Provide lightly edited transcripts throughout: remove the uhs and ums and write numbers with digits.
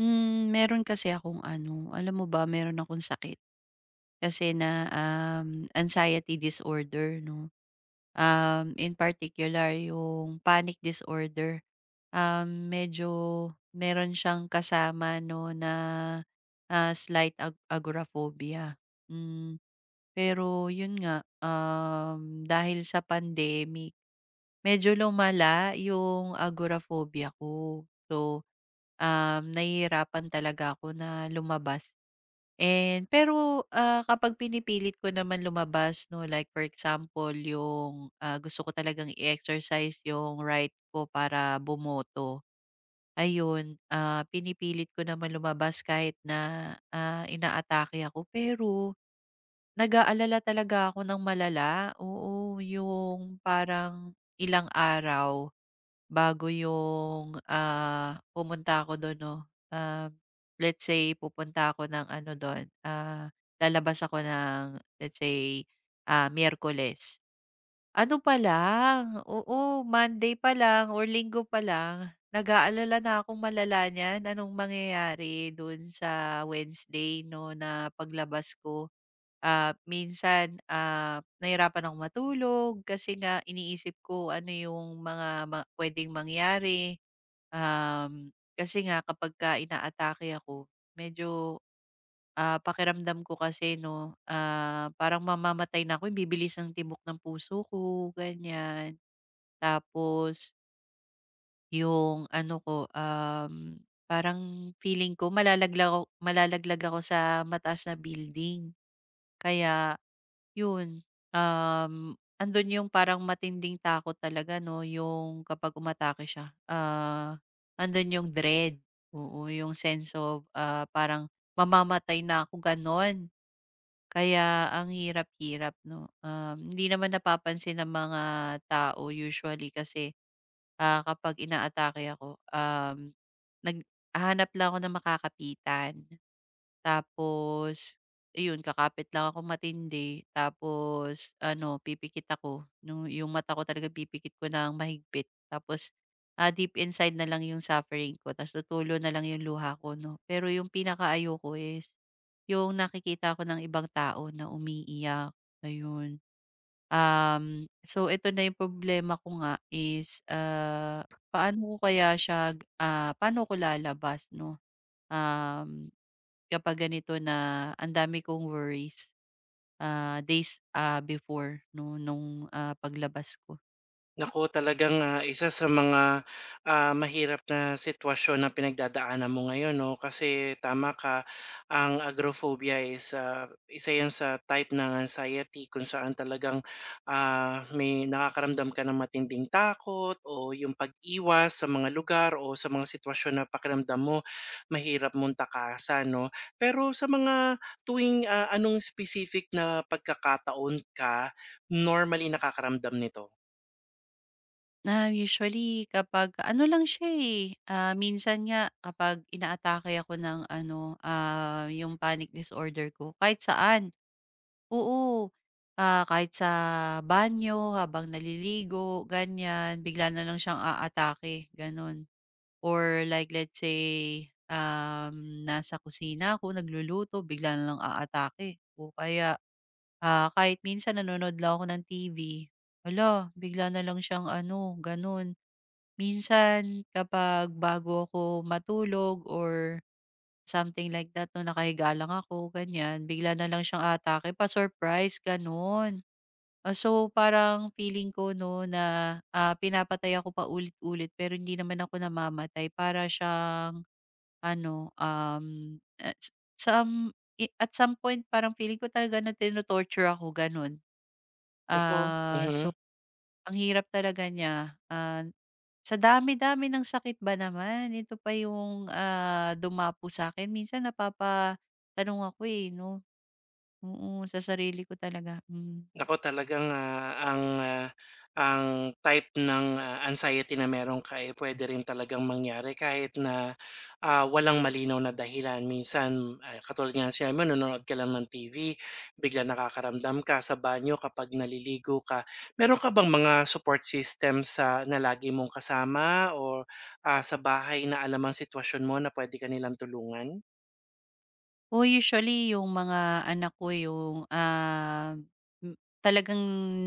Meron kasi akong ano, alam mo ba meron akong sakit. Kasi na, anxiety disorder 'no. In particular yung panic disorder. Medyo meron siyang kasama 'no na, slight agoraphobia. Hmm, pero yun nga, dahil sa pandemic, medyo lumala yung agoraphobia ko. So nahihirapan talaga ako na lumabas. And pero kapag pinipilit ko naman lumabas no, like for example yung gusto ko talagang i-exercise yung right ko para bumoto. Ayun, pinipilit ko naman lumabas kahit na inaatake ako, pero nag-aalala talaga ako ng malala. Oo, yung parang ilang araw bago yung, pumunta ako dun 'no, um, let's say pupunta ako ng ano dun, lalabas ako ng let's say, Miyerkules. Ano pa lang, oo, Monday pa lang or Linggo pa lang nag-aalala na akong malala niyan anong mangyayari dun sa Wednesday 'no, na paglabas ko. Minsan, nahihirapan akong matulog kasi nga iniisip ko ano yung mga puwedeng mangyari. Um, kasi nga kapagka inaatake ako medyo, pakiramdam ko kasi 'no, parang mamamatay na ako, yung bibilis ng tibok ng puso ko, ganyan. Tapos yung ano ko, parang feeling ko malalaglag ako sa mataas na building. Kaya yun, andun yung parang matinding takot talaga 'no, yung kapag umatake siya. Andun yung dread, oo, yung sense of, parang mamamatay na ako gano'n. Kaya ang hirap-hirap 'no. Hindi naman napapansin ng mga tao usually kasi, kapag inaatake ako, naghahanap lang ako ng makakapitan. Tapos iyon, kakapit lang ako matindi, tapos ano pipikit ako nung yung mata ko talaga, pipikit ko ng mahigpit tapos, deep inside na lang yung suffering ko, ta's tutulo na lang yung luha ko 'no. Pero yung pinakaayoko is yung nakikita ko ng ibang tao na umiiyak, ayun. So ito na yung problema ko nga, is, paano ko kaya siya, paano ko lalabas 'no? Um kapag ganito na, ang dami kong worries, days, before no nung, paglabas ko. Naku, talagang, isa sa mga, mahirap na sitwasyon na pinagdadaanan mo ngayon 'no, kasi tama ka, ang agoraphobia is, isa 'yan sa type ng anxiety kung saan talagang, may nakakaramdam ka ng matinding takot o yung pag-iwas sa mga lugar o sa mga sitwasyon na pakiramdam mo mahirap mong takasan 'no. Pero sa mga tuwing, anong specific na pagkakataon ka normally nakakaramdam nito? Na usually kapag ano lang siya, eh, minsan nga kapag inaatake ako ng ano, yung panic disorder ko kahit saan, oo. Kahit sa banyo habang naliligo, ganyan, bigla na lang siyang aatake, gano'n. Or like let's say, nasa kusina ako nagluluto bigla na lang aatake, o kaya, kahit minsan nanonood lang ako ng TV, ala bigla na lang siyang ano, gano'n. Minsan kapag bago ako matulog or something like that 'no, nakahiga lang ako ganyan, bigla na lang siyang atake pa-surprise gano'n. So parang feeling ko 'no na, pinapatay ako pa ulit ulit pero hindi naman ako namamatay, para siyang ano, at some point parang feeling ko talaga na tino-torture ako gano'n. Naku, So mhm. ang hirap talaga niya, sa dami-dami ng sakit ba naman, ito pa yung, dumapo sa'kin. Minsan napapatanong ako, eh, 'no. Oo, sa sarili ko talaga, hmm. Naku talagang, ang type ng, anxiety na meron ka, eh, puwede rin talagang mangyari kahit na, walang malinaw na dahilan. Minsan, katulad nga ng sinabi mo, nanonood ka lang ng TV, biglang nakakaramdam ka sa banyo kapag naliligo ka. Meron ka bang mga support system sa na lagi mong kasama, or, sa bahay na alam ang sitwasyon mo na puwede ka nilang tulungan? Oo, usually yung mga anak ko yung, ah, m talagang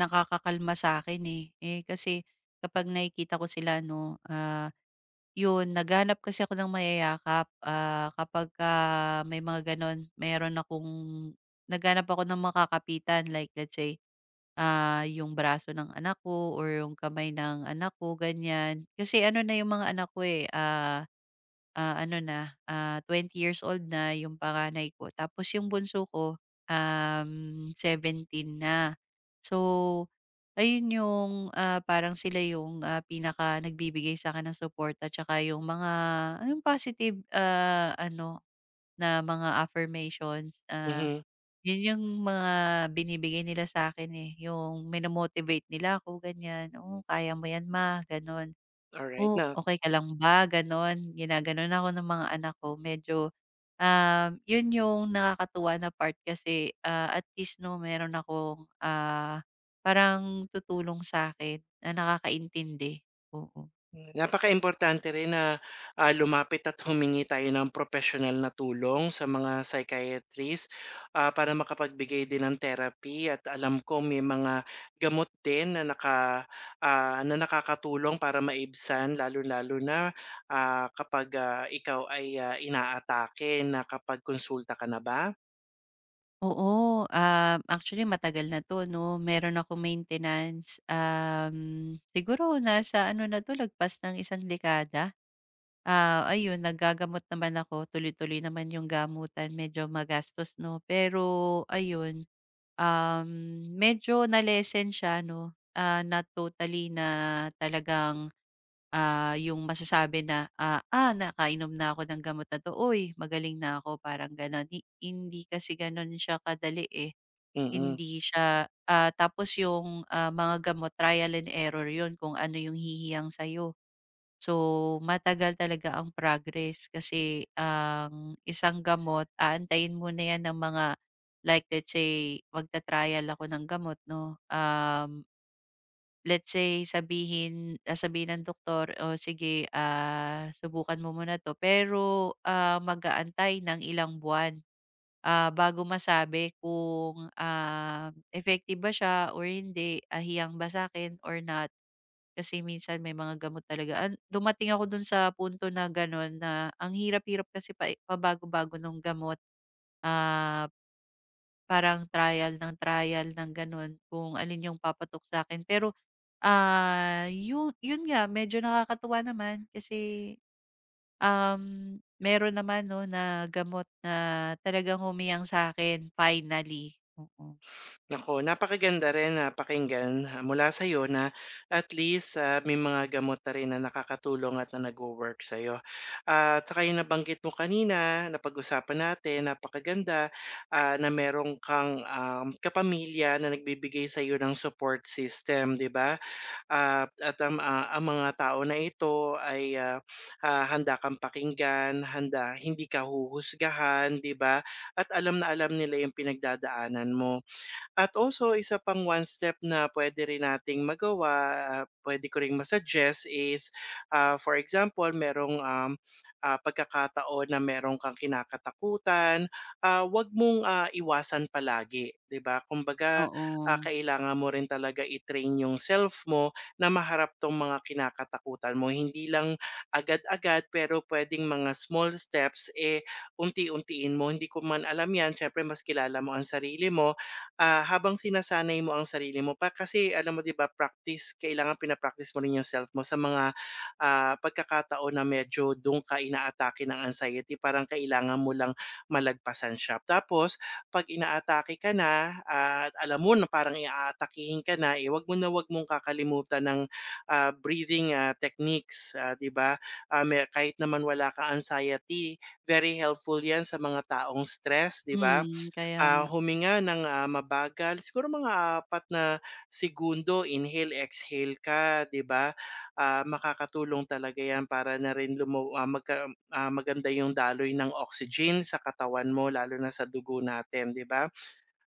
nakakakalma sa'kin, eh. Eh, kasi kapag nakikita ko sila 'no, yun, naghahanap kasi ako ng mayayakap, kapagka may mga gano'n. Mayroon akong Naghahanap ako ng makakapitan, like let's say, yung braso ng anak ko or yung kamay ng anak ko, ganyan. Kasi ano na yung mga anak ko eh, ano na, 20 years old na yung panganay ko. Tapos yung bunso ko, um, 17 na. So, ayun yung parang sila yung pinaka nagbibigay sa akin ng support, at saka yung mga, yung positive, ano, na mga affirmations. ah, Mhm, yun yung mga binibigay nila sa akin, eh, yung mino nila ako ganyan, "Oh, kaya mo yan, ma," gano'n. alright "Oh, na okay ka lang ba?" gano'n. Ginaganon ako ng mga anak ko medyo, yun yung nakakatuwa na part kasi, at least 'no, meron akong, parang tutulong sa akin na nakakaintindi, oo. napaka importante rin na, lumapit at humingi tayo ng propesyonal na tulong sa mga psychiatrist, para makapagbigay din ng therapy, at alam ko may mga gamot din na nakakatulong para maibsan, lalo lalo na, kapag, ikaw ay, inaatake na. Kapag konsulta ka na ba? Oo, actually matagal na 'to 'no, meron ako maintenance, siguro nasa ano na 'to, lagpas ng isang dekada. Ayun naggagamot naman ako, tuloy-tuloy naman yung gamutan, medyo magastos 'no, pero ayun, um, medyo na-lessen siya 'no, not totally na talagang yung masasabi na, "Ah, nakainom na ako ng gamot na 'to, uy, magaling na ako." Parang gano'n. Hindi kasi gano'n siya kadali, eh. Mm. Hindi siya tapos yung, mga gamot trial and error 'yun, kung ano yung hihiyang sa'yo. So, matagal talaga ang progress, kasi ang isang gamot aantayin muna 'yan ng mga, like let's say magta-trial ako ng gamot 'no, let's say sabihin ng doktor, "O sige, subukan mo muna 'to." Pero, mag-aantay ng ilang buwan, bago masabi kung, effective ba siya or hindi, hiyang ba sa'kin or not. Kasi minsan may mga gamot talaga an dumating ako dun sa punto na gano'n, na ang hirap-hirap kasi pabago-bago ng gamot. Ah, parang trial ng gano'n, kung alin yung papatok sa'kin. Pero Ah, yu yun nga, medyo nakakatuwa naman kasi, um, meron naman 'no na gamot na talagang humiyang sa akin finally, oo. Nako, napakaganda rin na pakinggan, ah, mula sa'yo na at least, may mga gamot na rin na nakakatulong at na nagwo-work sa'yo. At saka yung nabanggit mo kanina, napag-usapan natin, napakaganda, na merong kang, kapamilya na nagbibigay sa sa'yo ng support system, 'di ba? At ang, ang mga tao na ito ay, handa kang pakinggan, handa hindi ka huhusgahan, 'di ba? At alam na alam nila yung pinagdadaanan mo. At also isa pang one step na puwede rin nating magawa, ah, puwede ko ring ma is, for example merong, pagkakataon na merong kang kinakatakutan, huwag mong, iwasan palagi, 'di ba? Kumbaga, Oo, kailangan mo rin talaga i-train yung self mo na maharap 'tong mga kinakatakutan mo. Hindi lang agad-agad, pero puwedeng mga small steps, eh, unti-untiin mo. Hindi ko man alam 'yan, siyempre mas kilala mo ang sarili mo, ah, habang sinasanay mo ang sarili mo, pa kasi alam mo 'di ba practice, kailangan pina-practice mo rin yung self mo sa mga, pagkakataon na medyo dun ka inaatake ng anxiety, parang kailangan mo lang malagpasan siya. Tapos 'pag inaatake ka na, ah, at alam mo na parang aatakihin ka na, eh, 'wag mo na 'wag mong kakalimutan ng, breathing, techniques, ah, 'di ba? Ah, me kahit naman wala ka anxiety, very helpful 'yan sa mga taong stress, 'di ba? Kaya Ah, nga. huminga ng, mabagal, siguro mga apat na segundo, inhale, exhale ka, 'di ba? Ah, makakatulong talaga 'yan para na rin lumu ah, magka ah, maganda yung daloy ng oxygen sa katawan mo, lalo na sa dugo natin, 'di ba?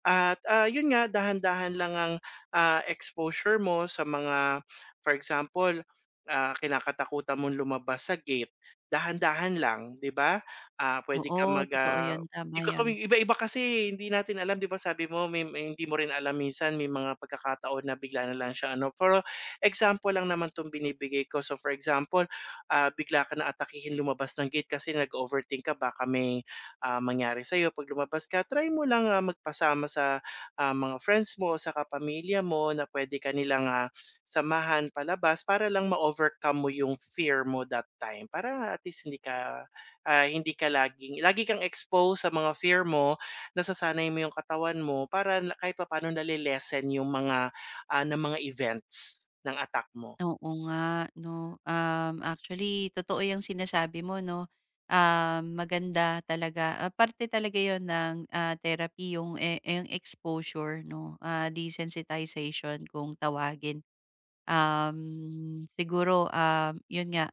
At, ah, yun nga, dahan-dahan lang ang, exposure mo sa mga, for example, kinakatakutan mong lumabas sa gate, dahan-dahan lang, 'di ba? Ah, puwede Oo, kang mag, totoo ah, yun, tama 'di ka yun. kami iba-iba kasi hindi natin alam 'di ba, sabi mo may hindi mo rin alam minsan, may mga pagkakataon na bigla na lang siya ano, pero example lang naman 'tong binibigay ko. So, for example, bigla ka na atakihin lumabas ng gate kasi nag-overthink ka, baka may, mangyari sa iyo 'pag lumabas ka, try mo lang, magpasama sa, mga friends mo, o sa kapamilya mo na puwede ka nilang, samahan palabas para lang ma-overcome mo yung fear mo that time. Para at least hindi ka, lagi kang exposed sa mga fear mo, nasasanay mo yung katawan mo para na kahit papaano nale yung mga, ng mga events ng attack mo. Oo nga 'no, actually totoo yang sinasabi mo 'no, maganda talaga, parte talaga yon ng, therapy, yung, eh, yung exposure 'no, desensitization kung tawagin. Siguro, yun nga,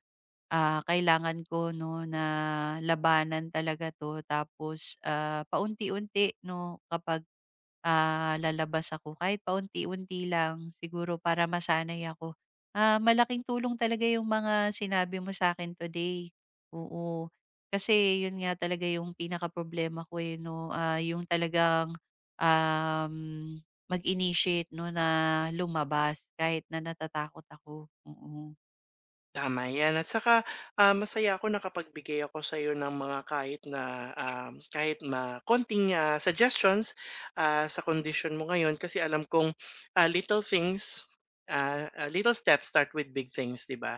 kailangan ko 'no na labanan talaga 'to, tapos, paunti-unti 'no, kapag lalabas ako kahit paunti-unti lang siguro, para masanay ako. Malaking tulong talaga yung mga sinabi mo sa akin today, oo. Kasi yun nga talaga yung pinaka problema ko, eh, 'no, yung talagang, um, mag-initiate 'no na lumabas kahit na natatakot ako, oo. Tama yan, at saka, masaya ako nakapagbigay ako sa sa'yo ng mga kahit na, kahit na konting, suggestions, sa condition mo ngayon, kasi alam kong, little things, little steps start with big things, 'di ba?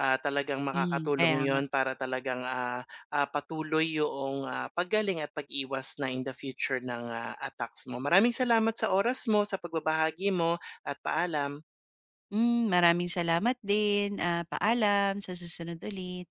Ah, talagang Kaya makakatulong nga. yon para talagang, patuloy yung, ah, paggaling at pag-iwas na in the future ng, attacks mo. Maraming salamat sa oras mo, sa pagbabahagi mo, at paalam. Maraming salamat din, paalam, sa susunod ulit.